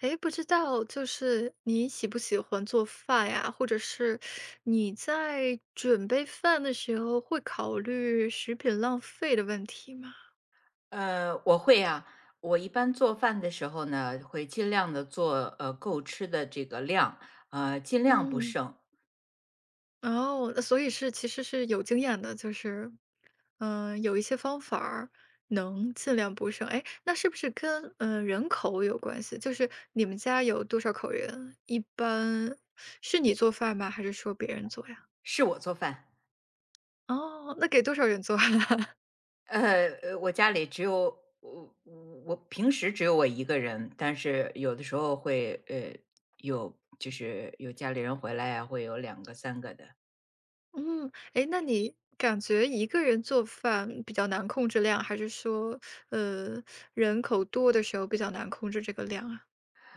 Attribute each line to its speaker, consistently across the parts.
Speaker 1: 诶，不知道就是你喜不喜欢做饭呀？或者是你在准备饭的时候会考虑食品浪费的问题吗？
Speaker 2: 我会啊。我一般做饭的时候呢，会尽量的做，够吃的这个量，尽量不
Speaker 1: 嗯。
Speaker 2: 剩，
Speaker 1: 哦，那所以是其实是有经验的，就是，嗯，有一些方法儿能尽量不剩。哎，那是不是跟，人口有关系？就是你们家有多少口人？一般是你做饭吗？还是说别人做呀？
Speaker 2: 是我做饭。
Speaker 1: 哦，那给多少人做
Speaker 2: 呃，我家里只有我平时只有我一个人，但是有的时候会，就是有家里人回来啊，会有两个、三个的。
Speaker 1: 嗯，哎，那你感觉一个人做饭比较难控制量，还是说，呃，人口多的时候比较难控制这个量啊？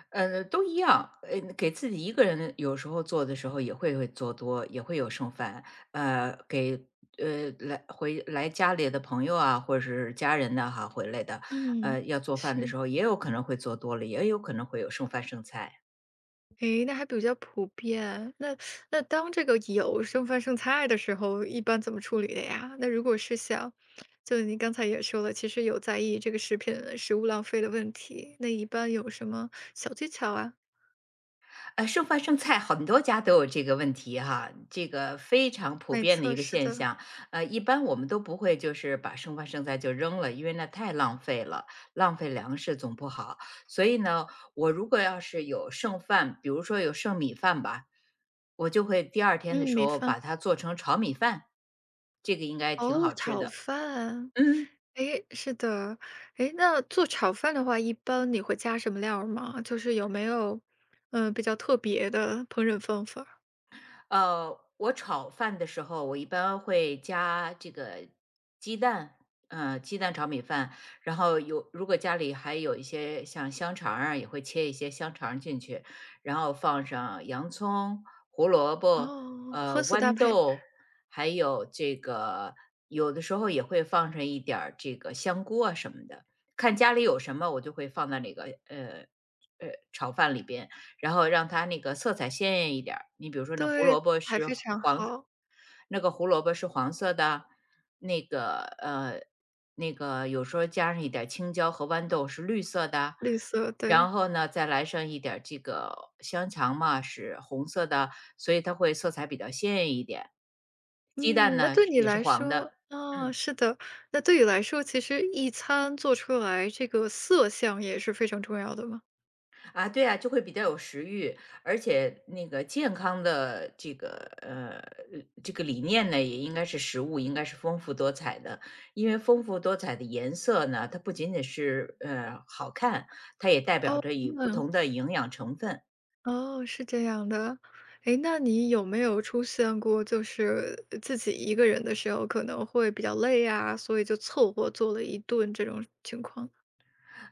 Speaker 2: 都一样，给自己一个人有时候做的时候也会做多，也会有剩饭。给回来家里的朋友啊，或者是家人呐哈回来的，
Speaker 1: 嗯。
Speaker 2: 要做饭的
Speaker 1: 是，
Speaker 2: 时候也有可能会做多了，也有可能会有剩饭剩菜。
Speaker 1: 诶，那还比较普遍。那当这个有剩饭剩菜的时候，一般怎么处理的呀？那如果是想就你刚才也说了，其实有在意这个食品食物浪费的问题，那一般有什么小技巧啊？
Speaker 2: 剩饭剩菜很多家都有这个问题哈，这个非常普
Speaker 1: 没
Speaker 2: 遍的一
Speaker 1: 错，
Speaker 2: 个
Speaker 1: 是
Speaker 2: 现
Speaker 1: 的。
Speaker 2: 象。一般我们都不会就是把剩饭剩菜就扔了，因为那太浪费了，浪费粮食总不好。所以呢，我如果要是有剩饭，比如说有剩米饭吧，我就会第二天的
Speaker 1: 嗯，
Speaker 2: 时
Speaker 1: 米
Speaker 2: 候
Speaker 1: 饭。
Speaker 2: 把它做成炒米饭，这个应该挺
Speaker 1: 哦，
Speaker 2: 好吃
Speaker 1: 炒
Speaker 2: 的。
Speaker 1: 饭。
Speaker 2: 嗯。
Speaker 1: 诶，是的。诶，那做炒饭的话，一般你会加什么料儿吗？就是有没有，嗯，比较特别的烹饪方法儿。
Speaker 2: 我炒饭的时候，我一般会加这个鸡蛋，鸡蛋炒米饭。然后如果家里还有一些像香肠儿啊，也会切一些香肠儿进去，然后放上洋葱、胡萝卜、
Speaker 1: 哦，荤素搭
Speaker 2: 豌
Speaker 1: 配。
Speaker 2: 豆，还有这个有的时候也会放上一点儿这个香菇啊什么的。看家里有什么，我就会放在那个炒饭里边。然后让它那个色彩鲜艳一点儿。你比如说那胡
Speaker 1: 对，
Speaker 2: 萝卜
Speaker 1: 还
Speaker 2: 是
Speaker 1: 非常
Speaker 2: 黄
Speaker 1: 好。
Speaker 2: 那个胡萝卜是黄色的，那个呃，那个有时候加上一点儿青椒和豌豆是绿色的，
Speaker 1: 绿色，对。
Speaker 2: 然后呢，再来上一点儿这个香肠嘛，是红色的，所以它会色彩比较鲜艳一点。鸡蛋
Speaker 1: 嗯，那
Speaker 2: 呢，
Speaker 1: 对你
Speaker 2: 也是
Speaker 1: 来
Speaker 2: 黄的，
Speaker 1: 说啊，
Speaker 2: 嗯。
Speaker 1: 是的。那对你来说，其实一餐做出来这个色相也是非常重要的嘛？
Speaker 2: 啊，对啊，就会比较有食欲，而且那个健康的这个呃这个理念呢，也应该是食物应该是丰富多彩的，因为丰富多彩的颜色呢，它不仅仅是好看，它也代表
Speaker 1: 哦，
Speaker 2: 着以不同的营养成分。
Speaker 1: 哦，是这样的。诶，那你有没有出现过，就是自己一个人的时候可能会比较累啊，所以就凑合做了一顿这种情况？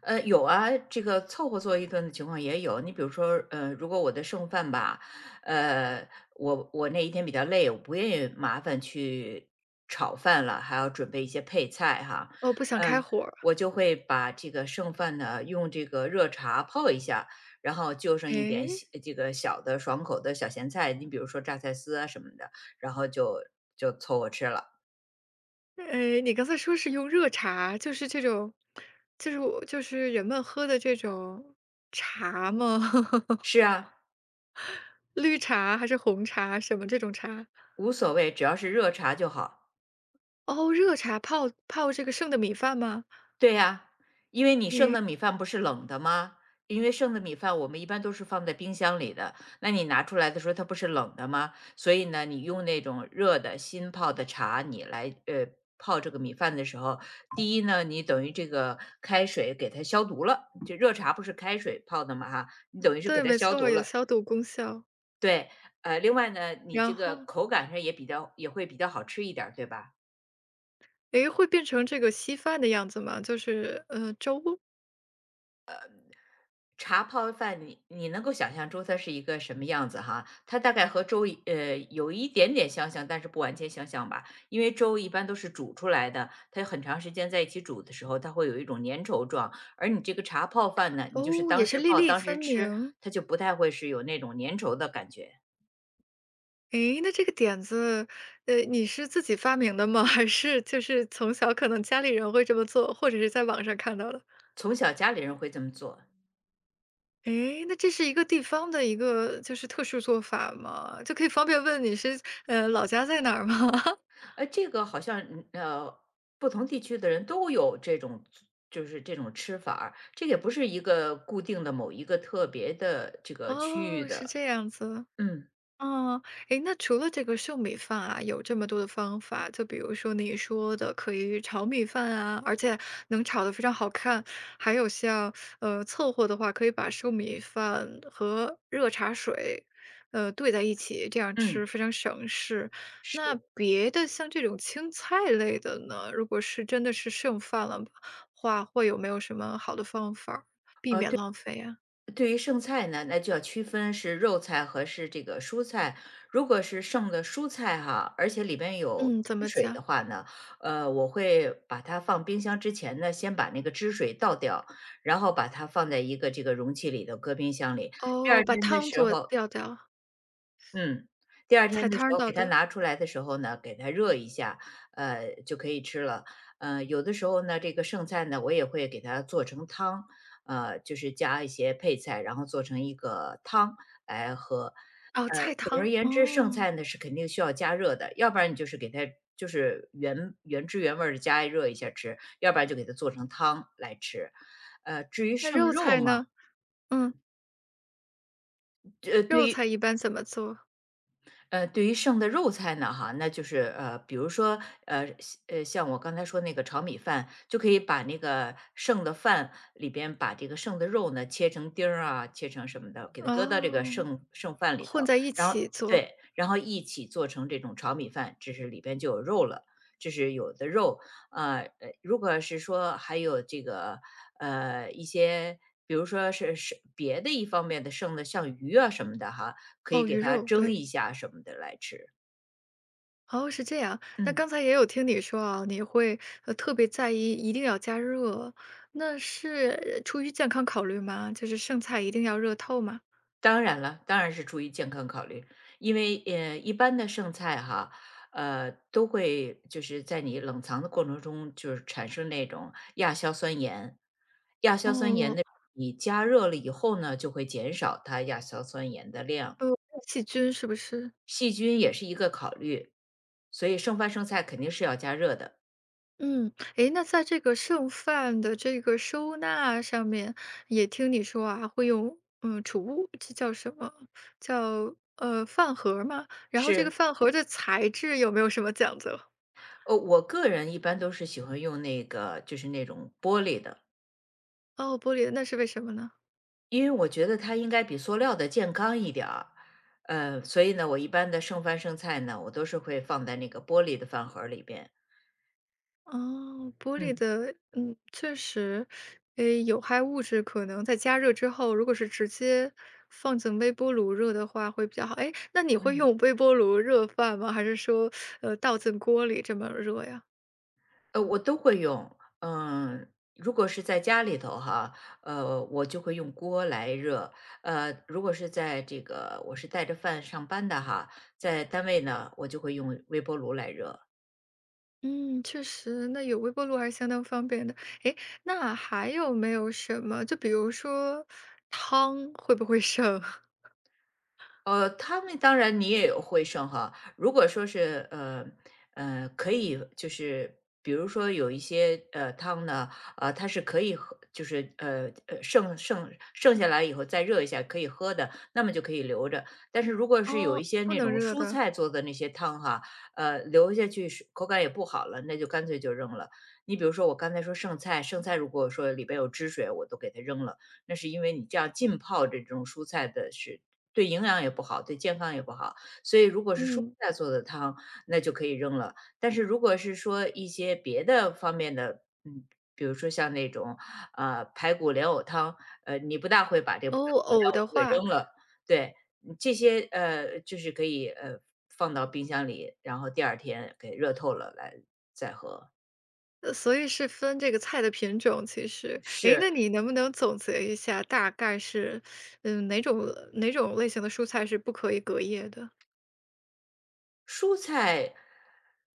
Speaker 2: 有啊，这个凑合做一顿的情况也有。你比如说，如果我的剩饭吧，呃，我那一天比较累，我不愿意麻烦去炒饭了，还要准备一些配菜哈，
Speaker 1: 哦，不想开
Speaker 2: 嗯，
Speaker 1: 火儿。
Speaker 2: 我就会把这个剩饭呢，用这个热茶泡一下，然后就剩一点
Speaker 1: 诶，
Speaker 2: 小这个小的爽口的小咸菜，你比如说榨菜丝啊什么的，然后就凑合吃了。
Speaker 1: 诶，你刚才说是用热茶，就是这种，就是我就是人们喝的这种茶吗？
Speaker 2: 是 啊，
Speaker 1: 绿茶还是红茶？什么这种茶？
Speaker 2: 无所谓，只要是热茶就好。
Speaker 1: 哦，热茶泡泡这个剩的米饭吗？
Speaker 2: 对呀，因为你剩的米饭不是冷的吗？因为剩的米饭我们一般都是放在冰箱里的，那你拿出来的时候它不是冷的吗？所以呢，你用那种热的新泡的茶，你来泡这个米饭的时候，第一呢，你等于这个开水给它消毒了，就热茶不是开水泡的嘛哈，你等于是给
Speaker 1: 对，
Speaker 2: 它
Speaker 1: 没
Speaker 2: 消
Speaker 1: 错，
Speaker 2: 毒
Speaker 1: 有
Speaker 2: 了。
Speaker 1: 消毒功效。
Speaker 2: 对，另外呢，你
Speaker 1: 然
Speaker 2: 这个
Speaker 1: 后
Speaker 2: 口感上也比较也会比较好吃一点儿，对吧？
Speaker 1: 诶，会变成这个稀饭的样子吗？就是，粥？
Speaker 2: 茶泡饭你能够想象出它是一个什么样子哈？它大概和粥有一点点相像，但是不完全相像吧。因为粥一般都是煮出来的，它很长时间在一起煮的时候，它会有一种粘稠状。而你这个茶泡饭呢，你就是
Speaker 1: 哦，也
Speaker 2: 当
Speaker 1: 是
Speaker 2: 时
Speaker 1: 粒
Speaker 2: 泡
Speaker 1: 粒
Speaker 2: 当
Speaker 1: 分
Speaker 2: 时吃，
Speaker 1: 明。
Speaker 2: 它就不太会是有那种粘稠的感觉。
Speaker 1: 诶，那这个点子，你是自己发明的吗？还是就是从小可能家里人会这么做，或者是在网上看到的？
Speaker 2: 从小家里人会这么做。
Speaker 1: 诶，那这是一个地方的一个就是特殊做法吗？就可以方便问你是，老家在哪儿吗？
Speaker 2: 哎，这个好像不同地区的人都有这种，就是这种吃法儿，这也不是一个固定的某一个特别的这个区域
Speaker 1: 哦，是
Speaker 2: 的。
Speaker 1: 这样子。
Speaker 2: 嗯
Speaker 1: 哦，诶，那除了这个剩米饭啊，有这么多的方法，就比如说你说的可以炒米饭啊，而且能炒得非常好看，还有像凑合的话，可以把剩米饭和热茶水兑在一起，这样
Speaker 2: 嗯，
Speaker 1: 吃非常省事。那
Speaker 2: 是。
Speaker 1: 别的像这种青菜类的呢，如果是真的是剩饭了话，会有没有什么好的方法儿避免浪费啊？
Speaker 2: 对于剩菜呢，那就要区分是肉菜和是这个蔬菜。如果是剩的蔬菜哈，而且里边有
Speaker 1: 嗯，怎
Speaker 2: 汁
Speaker 1: 么
Speaker 2: 水
Speaker 1: 讲？
Speaker 2: 的话呢，我会把它放冰箱之前呢，先把那个汁水倒掉，然后把它放在一个这个容器里头，搁冰箱里。第
Speaker 1: 哦，
Speaker 2: 二
Speaker 1: 把
Speaker 2: 天的
Speaker 1: 汤
Speaker 2: 时
Speaker 1: 做
Speaker 2: 候
Speaker 1: 掉。
Speaker 2: 嗯，第二天
Speaker 1: 菜
Speaker 2: 的
Speaker 1: 汤
Speaker 2: 时
Speaker 1: 儿
Speaker 2: 候
Speaker 1: 倒
Speaker 2: 给它
Speaker 1: 掉。
Speaker 2: 拿出来的时候呢，给它热一下，就可以吃了。有的时候呢，这个剩菜呢，我也会给它做成汤，就是加一些配菜，然后做成一个汤来喝。
Speaker 1: 哦，菜
Speaker 2: 总
Speaker 1: 汤，
Speaker 2: 而言之，剩
Speaker 1: 哦，
Speaker 2: 菜呢是肯定需要加热的，要不然你就是给它就是原原汁原味的加热一下吃，要不然就给它做成汤来吃。至于
Speaker 1: 那
Speaker 2: 剩
Speaker 1: 肉
Speaker 2: 肉
Speaker 1: 菜
Speaker 2: 嘛，
Speaker 1: 呢？嗯，
Speaker 2: 呃，
Speaker 1: 肉
Speaker 2: 对于
Speaker 1: 菜一般怎么做？
Speaker 2: 呃，对于剩的肉菜呢，哈，那就是比如说呃像我刚才说那个炒米饭，就可以把那个剩的饭里边把这个剩的肉呢切成丁儿啊，切成什么的，给它搁到这个
Speaker 1: 哦，
Speaker 2: 剩饭里
Speaker 1: 混
Speaker 2: 头，
Speaker 1: 在一
Speaker 2: 然后
Speaker 1: 起做。
Speaker 2: 对，然后一起做成这种炒米饭，这是里边就有肉了，这是有的肉。如果是说还有这个一些。比如说是别的一方面的剩的，像鱼啊什么的哈，可以
Speaker 1: 哦，
Speaker 2: 给
Speaker 1: 鱼
Speaker 2: 它
Speaker 1: 肉，
Speaker 2: 蒸
Speaker 1: 对。
Speaker 2: 一下什么的来吃。
Speaker 1: 哦，是这样。那
Speaker 2: 嗯。
Speaker 1: 刚才也有听你说啊，你会，特别在意一定要加热，那是出于健康考虑吗？就是剩菜一定要热透吗？
Speaker 2: 当然了，当然是出于健康考虑，因为，一般的剩菜哈，都会就是在你冷藏的过程中，就是产生那种亚硝酸盐。亚硝酸盐
Speaker 1: 哦，
Speaker 2: 的你加热了以后呢，就会减少它亚硝酸盐的量。
Speaker 1: 呃，细菌是不是？
Speaker 2: 细菌也是一个考虑，所以剩饭剩菜肯定是要加热的。
Speaker 1: 嗯，诶，那在这个剩饭的这个收纳上面，也听你说啊，会用嗯储物，这叫什么？叫饭盒儿吗？然后这个
Speaker 2: 是，
Speaker 1: 饭盒儿的材质有没有什么讲究？
Speaker 2: 我个人一般都是喜欢用那个就是那种玻璃的。
Speaker 1: 哦，玻璃的，那是为什么呢？
Speaker 2: 因为我觉得它应该比塑料的健康一点儿，所以呢，我一般的剩饭剩菜呢，我都是会放在那个玻璃的饭盒儿里边。
Speaker 1: 哦，玻璃
Speaker 2: 嗯
Speaker 1: 的，嗯，确实。诶，有害物质可能在加热之后，如果是直接放进微波炉热的话，会比较好。诶，那你会
Speaker 2: 嗯，
Speaker 1: 用微波炉热饭吗？还是说倒进锅里这么热呀？
Speaker 2: 我都会用。嗯，如果是在家里头哈，我就会用锅来热。如果是在这个我是带着饭上班的哈，在单位呢，我就会用微波炉来热。
Speaker 1: 嗯，确实，那有微波炉还是相当方便的。诶，那还有没有什么？就比如说汤会不会剩？
Speaker 2: 他们当然你也有会剩哈。如果说是可以就是比如说有一些汤呢，它是可以喝，就是剩下来以后再热一下可以喝的，那么就可以留着。但是如果是有一
Speaker 1: 哦。
Speaker 2: 些
Speaker 1: 不
Speaker 2: 那
Speaker 1: 能
Speaker 2: 种
Speaker 1: 热
Speaker 2: 蔬
Speaker 1: 的，
Speaker 2: 菜做的那些汤哈，留下去是口感也不好了，那就干脆就扔了。你比如说我刚才说剩菜，剩菜如果说里边有汁水，我都给它扔了。那是因为你这样浸泡着这种蔬菜的是对营养也不好，对健康也不好。所以如果是蔬
Speaker 1: 嗯，
Speaker 2: 菜做的汤，那就可以扔了。但是如果是说一些别的方面的，比如说像那种，排骨莲藕汤，你不大会把这个排
Speaker 1: 哦，
Speaker 2: 骨莲
Speaker 1: 藕
Speaker 2: 藕
Speaker 1: 的
Speaker 2: 都给
Speaker 1: 话，
Speaker 2: 扔了。对，这些，就是可以，放到冰箱里，然后第二天给热透了来再喝，
Speaker 1: 所以是分这个菜的品种，其实。诶，
Speaker 2: 是。
Speaker 1: 那你能不能总结一下，大概是，嗯，哪种类型的蔬菜是不可以隔夜的？
Speaker 2: 蔬菜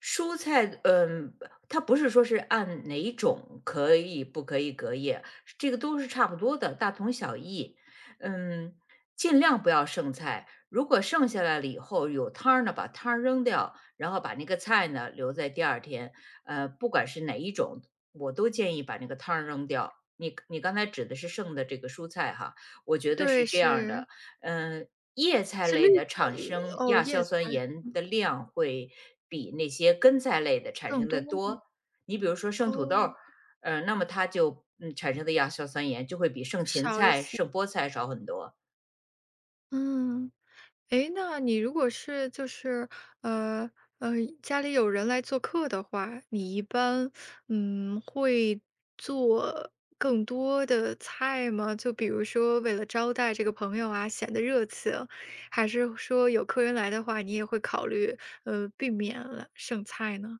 Speaker 2: 蔬菜，它不是说是按哪种可以不可以隔夜，这个都是差不多的，大同小异。嗯，尽量不要剩菜，如果剩下来了以后有汤儿呢，把汤儿扔掉，然后把那个菜呢留在第二天。不管是哪一种，我都建议把那个汤儿扔掉。你刚才指的是剩的这个蔬菜哈，我觉得
Speaker 1: 对，
Speaker 2: 是这样儿
Speaker 1: 是，
Speaker 2: 的。嗯、叶菜
Speaker 1: 是绿
Speaker 2: 类的产
Speaker 1: 色，
Speaker 2: 生
Speaker 1: 哦，
Speaker 2: 亚
Speaker 1: 叶
Speaker 2: 硝
Speaker 1: 菜
Speaker 2: 酸盐的量会比那些根菜类的产
Speaker 1: 更
Speaker 2: 生
Speaker 1: 多
Speaker 2: 的
Speaker 1: 吗？
Speaker 2: 多。你比如说生土豆
Speaker 1: 哦，
Speaker 2: 儿，那么它就产生的亚硝酸盐就会比剩芹
Speaker 1: 少一
Speaker 2: 菜、
Speaker 1: 些，
Speaker 2: 剩菠菜少很多。
Speaker 1: 嗯。诶，那你如果是就是，呃，呃，家里有人来做客的话，你一般，嗯，会做更多的菜吗？就比如说为了招待这个朋友啊，显得热情，还是说有客人来的话，你也会考虑，避免了剩菜呢？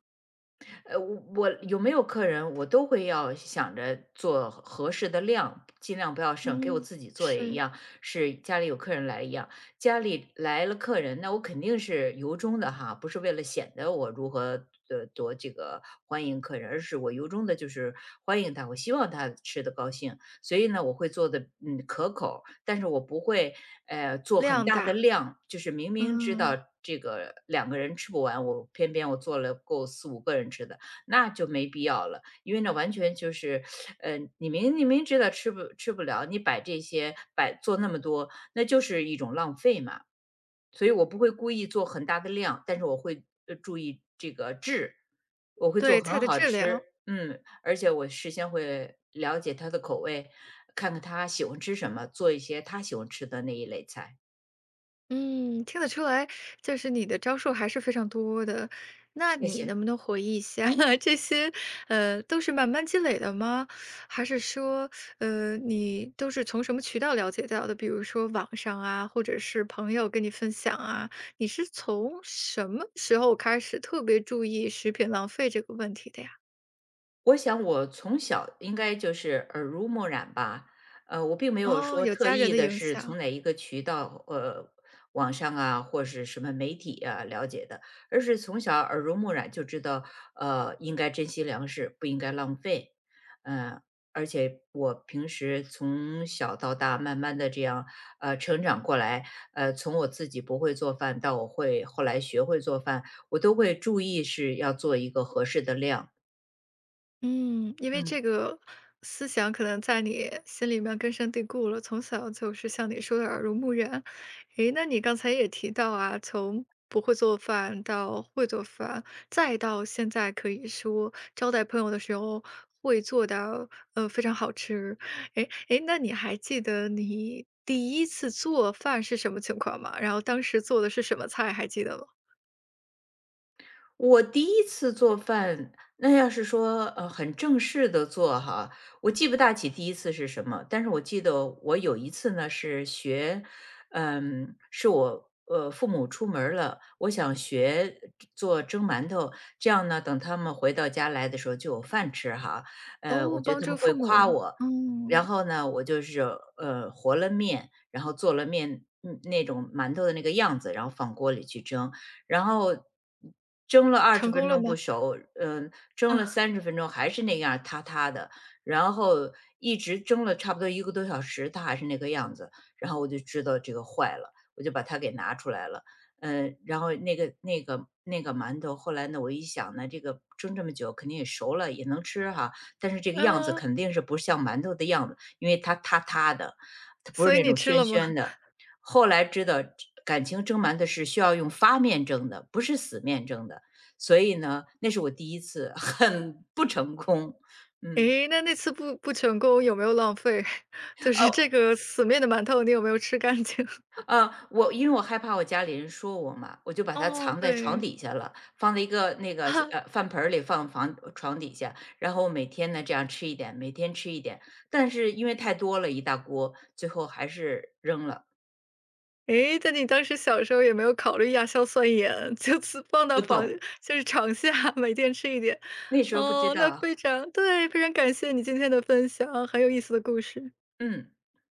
Speaker 2: 我有没有客人，我都会要想着做合适的量，尽量不要剩，给我
Speaker 1: 嗯，
Speaker 2: 自己做也一
Speaker 1: 是。
Speaker 2: 样，是家里有客人来一样。家里来了客人，那我肯定是由衷的哈，不是为了显得我如何多这个欢迎客人，而是我由衷的就是欢迎他，我希望他吃的高兴，所以呢，我会做的可口，但是我不会做很
Speaker 1: 量
Speaker 2: 大的
Speaker 1: 大，
Speaker 2: 量，就是明明知道
Speaker 1: 嗯，
Speaker 2: 这个两个人吃不完，我偏偏我做了够四五个人吃的。那就没必要了，因为那完全就是，你明知道吃不了，你摆这些，摆做那么多，那就是一种浪费嘛。所以我不会故意做很大的量，但是我会，注意这个质，我会做
Speaker 1: 对，菜
Speaker 2: 很
Speaker 1: 的
Speaker 2: 好
Speaker 1: 质
Speaker 2: 吃，
Speaker 1: 量。
Speaker 2: 而且我事先会了解他的口味，看看他喜欢吃什么，做一些他喜欢吃的那一类菜。
Speaker 1: 嗯，听得出来，就是你的招数还是非常多的。那
Speaker 2: 谢
Speaker 1: 你能
Speaker 2: 谢。
Speaker 1: 不能回忆一下 这些，都是慢慢积累的吗？还是说，你都是从什么渠道了解到的？比如说网上啊，或者是朋友跟你分享啊，你是从什么时候开始特别注意食品浪费这个问题的呀？
Speaker 2: 我想我从小应该就是耳濡目染吧，我并没有
Speaker 1: 哦，
Speaker 2: 说
Speaker 1: 有
Speaker 2: 特
Speaker 1: 家人
Speaker 2: 意
Speaker 1: 的
Speaker 2: 的
Speaker 1: 影
Speaker 2: 是
Speaker 1: 响。
Speaker 2: 从哪一个渠道，网上啊，或是什么媒体啊了解的，而是从小耳濡目染就知道，应该珍惜粮食，不应该浪费。嗯，而且我平时从小到大慢慢的这样，成长过来，从我自己不会做饭到我会后来学会做饭，我都会注意是要做一个合适的量。
Speaker 1: 嗯，因为
Speaker 2: 嗯。
Speaker 1: 这个思想可能在你心里面根深蒂固了，从小就是像你说的耳濡目染。诶，那你刚才也提到啊，从不会做饭到会做饭，再到现在可以说招待朋友的时候会做到，非常好吃。诶诶，那你还记得你第一次做饭是什么情况吗？然后当时做的是什么菜，还记得吗？
Speaker 2: 我第一次做饭，那要是说，很正式的做哈，我记不大起第一次是什么，但是我记得我有一次呢，是我，父母出门儿了，我想学做蒸馒头，这样呢，等他们回到家来的时候就有饭吃哈。
Speaker 1: 哦，
Speaker 2: 我觉
Speaker 1: 帮
Speaker 2: 得他们
Speaker 1: 助父
Speaker 2: 会夸
Speaker 1: 母，
Speaker 2: 我，然
Speaker 1: 嗯，
Speaker 2: 后呢，我就是，和了面，然后做了面，那种馒头的那个样子，然后放锅里去蒸。然后蒸了二
Speaker 1: 成
Speaker 2: 十
Speaker 1: 功
Speaker 2: 分
Speaker 1: 了
Speaker 2: 钟不
Speaker 1: 吗？
Speaker 2: 熟，蒸了
Speaker 1: 啊，
Speaker 2: 30分钟还是那样儿塌塌的，然后一直蒸了差不多一个多小时，它还是那个样子，然后我就知道这个坏了，我就把它给拿出来了。然后那个馒头，后来呢，我一想呢，这个蒸这么久肯定也熟了，也能吃哈，但是这个样子
Speaker 1: 嗯。
Speaker 2: 肯定是不像馒头的样子，因为它塌塌的，它不是
Speaker 1: 所以
Speaker 2: 那
Speaker 1: 你
Speaker 2: 种
Speaker 1: 吃
Speaker 2: 暄
Speaker 1: 了吗？
Speaker 2: 暄的。后来知道感情蒸馒头是需要用发面蒸的，不是死面蒸的，所以呢，那是我第一次 很不成功。嗯，
Speaker 1: 诶，那那次不成功有没有浪费？就是
Speaker 2: 哦，
Speaker 1: 这个死面的馒头，你有没有吃干净？
Speaker 2: 啊，我因为我害怕我家里人说我嘛，我就把它
Speaker 1: 哦，
Speaker 2: 藏在床
Speaker 1: 对，
Speaker 2: 底下了，放在一个 那个
Speaker 1: 啊，
Speaker 2: 饭盆儿里放床底下，然后每天呢这样吃一点，每天吃一点。但是因为太多了一大锅，最后还是扔了，
Speaker 1: 诶，但你当时小时候也没有考虑亚硝酸盐，就此放到
Speaker 2: 不
Speaker 1: 房
Speaker 2: 懂，
Speaker 1: 就是床下，每天吃一点。
Speaker 2: 那时候不知
Speaker 1: 哦，那
Speaker 2: 道，
Speaker 1: 非常对，非常感谢你今天的分享，很有意思的故事。
Speaker 2: 嗯。